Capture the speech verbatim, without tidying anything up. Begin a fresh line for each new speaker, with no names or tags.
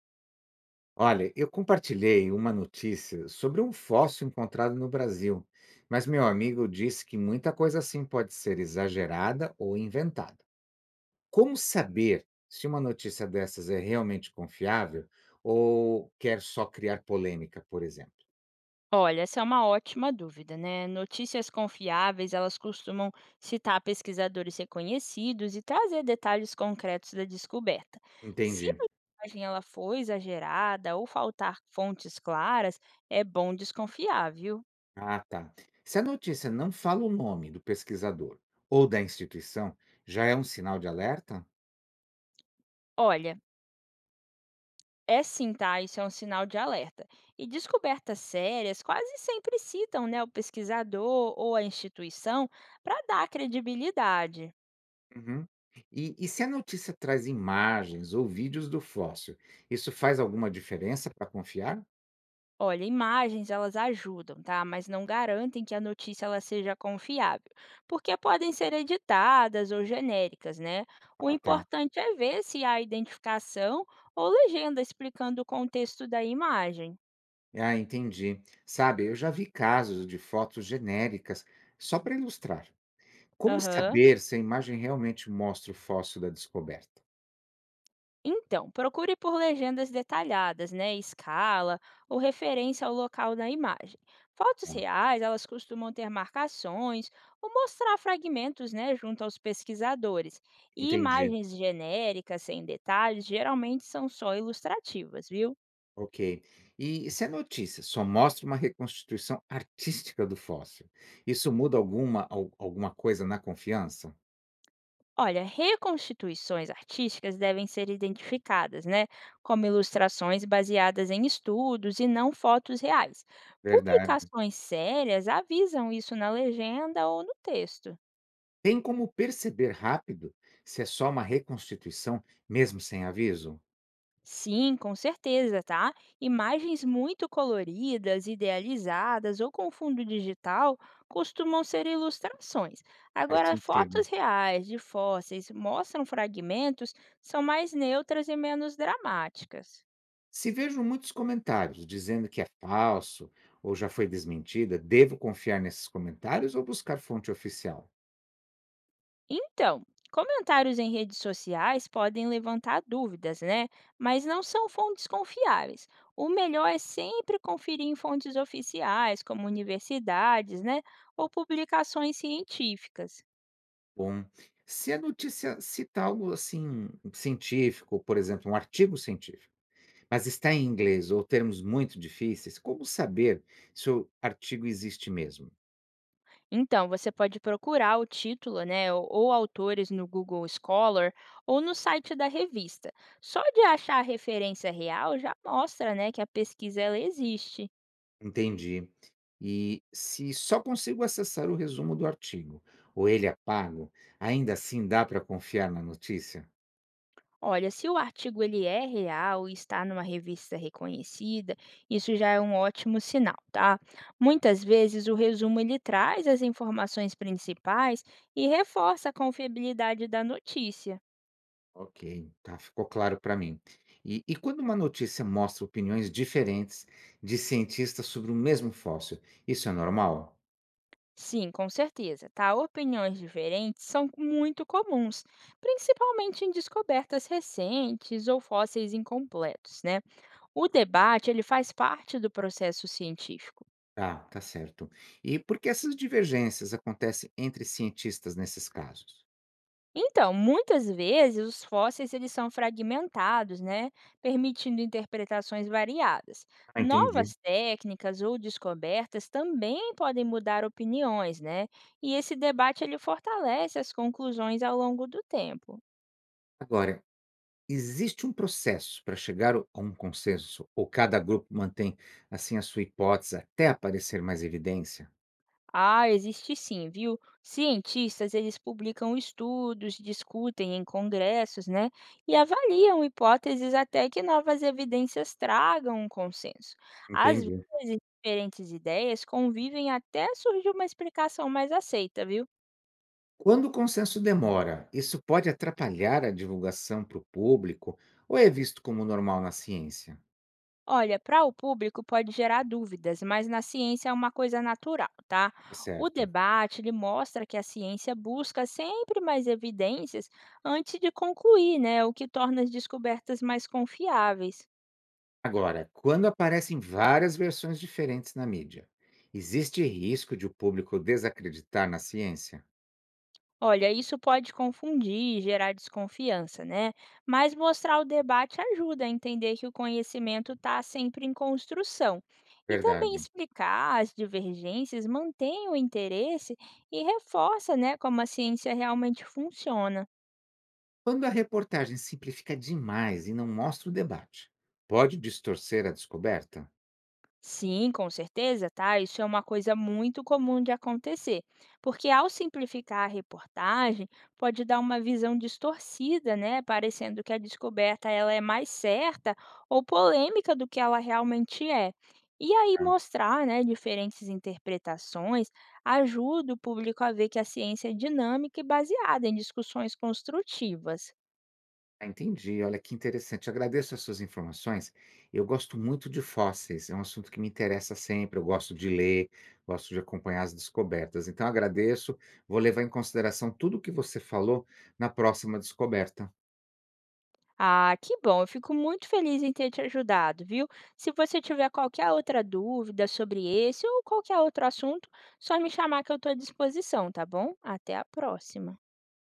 Olha, eu compartilhei uma notícia sobre um fóssil encontrado no Brasil, mas meu amigo disse que muita coisa assim pode ser exagerada ou inventada. Como saber se uma notícia dessas é realmente confiável ou quer só criar polêmica, por exemplo?
Olha, essa é uma ótima dúvida, né? Notícias confiáveis, elas costumam citar pesquisadores reconhecidos e trazer detalhes concretos da descoberta. Se
Entendi.
a imagem ela for exagerada ou faltar fontes claras, é bom desconfiar, viu?
Ah, tá. Se a notícia não fala o nome do pesquisador ou da instituição, já é um sinal de alerta?
Olha, é sim, tá? Isso é um sinal de alerta. E descobertas sérias quase sempre citam, né, o pesquisador ou a instituição para dar credibilidade.
Uhum. E e se a notícia traz imagens ou vídeos do fóssil, isso faz alguma diferença para confiar?
Olha, imagens elas ajudam, tá? Mas não garantem que a notícia ela seja confiável, porque podem ser editadas ou genéricas, né? O
Ah, tá.
importante é ver se há identificação ou legenda explicando o contexto da imagem.
Ah, entendi. Sabe, eu já vi casos de fotos genéricas só para ilustrar. Como
Aham.
saber se a imagem realmente mostra o fóssil da descoberta?
Então, procure por legendas detalhadas, né, escala ou referência ao local na imagem. Fotos
Ah,
reais, elas costumam ter marcações ou mostrar fragmentos, né, junto aos pesquisadores. E
entendi.
imagens genéricas sem detalhes geralmente são só ilustrativas, viu?
Ok. E se a notícia só mostra uma reconstituição artística do fóssil, isso muda alguma, al- alguma coisa na confiança?
Olha, reconstituições artísticas devem ser identificadas, né, como ilustrações baseadas em estudos e não fotos reais.
Verdade.
Publicações sérias avisam isso na legenda ou no texto.
Tem como perceber rápido se é só uma reconstituição, mesmo sem aviso?
Sim, com certeza, tá? Imagens muito coloridas, idealizadas ou com fundo digital costumam ser ilustrações.
Faz
Agora, fotos
sentido.
reais de fósseis mostram fragmentos, são mais neutras e menos dramáticas.
Se vejo muitos comentários dizendo que é falso ou já foi desmentida, devo confiar nesses comentários ou buscar fonte oficial?
Então, comentários em redes sociais podem levantar dúvidas, né? Mas não são fontes confiáveis. O melhor é sempre conferir em fontes oficiais, como universidades, né? Ou publicações científicas.
Bom, se a notícia cita algo assim científico, por exemplo, um artigo científico, mas está em inglês ou termos muito difíceis, como saber se o artigo existe mesmo?
Então, você pode procurar o título, né, ou, ou autores no Google Scholar ou no site da revista. Só de achar a referência real já mostra, né, que a pesquisa ela existe.
Entendi. E se só consigo acessar o resumo do artigo, ou ele é pago, ainda assim dá para confiar na notícia?
Olha, se o artigo ele é real e está numa revista reconhecida, isso já é um ótimo sinal, tá? Muitas vezes o resumo ele traz as informações principais e reforça a confiabilidade da notícia.
Ok, tá, ficou claro para mim. E, e quando uma notícia mostra opiniões diferentes de cientistas sobre o mesmo fóssil, isso é normal?
Sim, com certeza, tá? Opiniões diferentes são muito comuns, principalmente em descobertas recentes ou fósseis incompletos, né? O debate ele faz parte do processo científico.
Tá, tá certo. E por que essas divergências acontecem entre cientistas nesses casos?
Então, muitas vezes os fósseis eles são fragmentados, né, permitindo interpretações variadas.
Ah, entendi.
Novas técnicas ou descobertas também podem mudar opiniões, né? E esse debate ele fortalece as conclusões ao longo do tempo.
Agora, existe um processo para chegar o a um consenso ou cada grupo mantém, assim, a sua hipótese até aparecer mais evidência?
Ah, existe sim, viu? Cientistas, eles publicam estudos, discutem em congressos, né? E avaliam hipóteses até que novas evidências tragam um consenso. Às
Entendi.
vezes, diferentes ideias convivem até surgir uma explicação mais aceita, viu?
Quando o consenso demora, isso pode atrapalhar a divulgação para o público ou é visto como normal na ciência?
Olha, para o público pode gerar dúvidas, mas na ciência é uma coisa natural, tá?
Tá
O
certo.
debate ele mostra que a ciência busca sempre mais evidências antes de concluir, né? O que torna as descobertas mais confiáveis.
Agora, quando aparecem várias versões diferentes na mídia, existe risco de o público desacreditar na ciência?
Olha, isso pode confundir e gerar desconfiança, né? Mas mostrar o debate ajuda a entender que o conhecimento está sempre em construção. E também
Verdade.
explicar as divergências mantém o interesse e reforça, né, como a ciência realmente funciona.
Quando a reportagem simplifica demais e não mostra o debate, pode distorcer a descoberta?
Sim, com certeza, tá? Isso é uma coisa muito comum de acontecer, porque ao simplificar a reportagem, pode dar uma visão distorcida, né? Parecendo que a descoberta ela é mais certa ou polêmica do que ela realmente é. E aí
Tá.
mostrar, né, diferentes interpretações ajuda o público a ver que a ciência é dinâmica e baseada em discussões construtivas.
Ah, entendi. Olha que interessante. Agradeço as suas informações. Eu gosto muito de fósseis, é um assunto que me interessa sempre. Eu gosto de ler, gosto de acompanhar as descobertas. Então, agradeço. Vou levar em consideração tudo o que você falou na próxima descoberta.
Ah, que bom. Eu fico muito feliz em ter te ajudado, viu? Se você tiver qualquer outra dúvida sobre esse ou qualquer outro assunto, só me chamar que eu estou à disposição, tá bom? Até a próxima.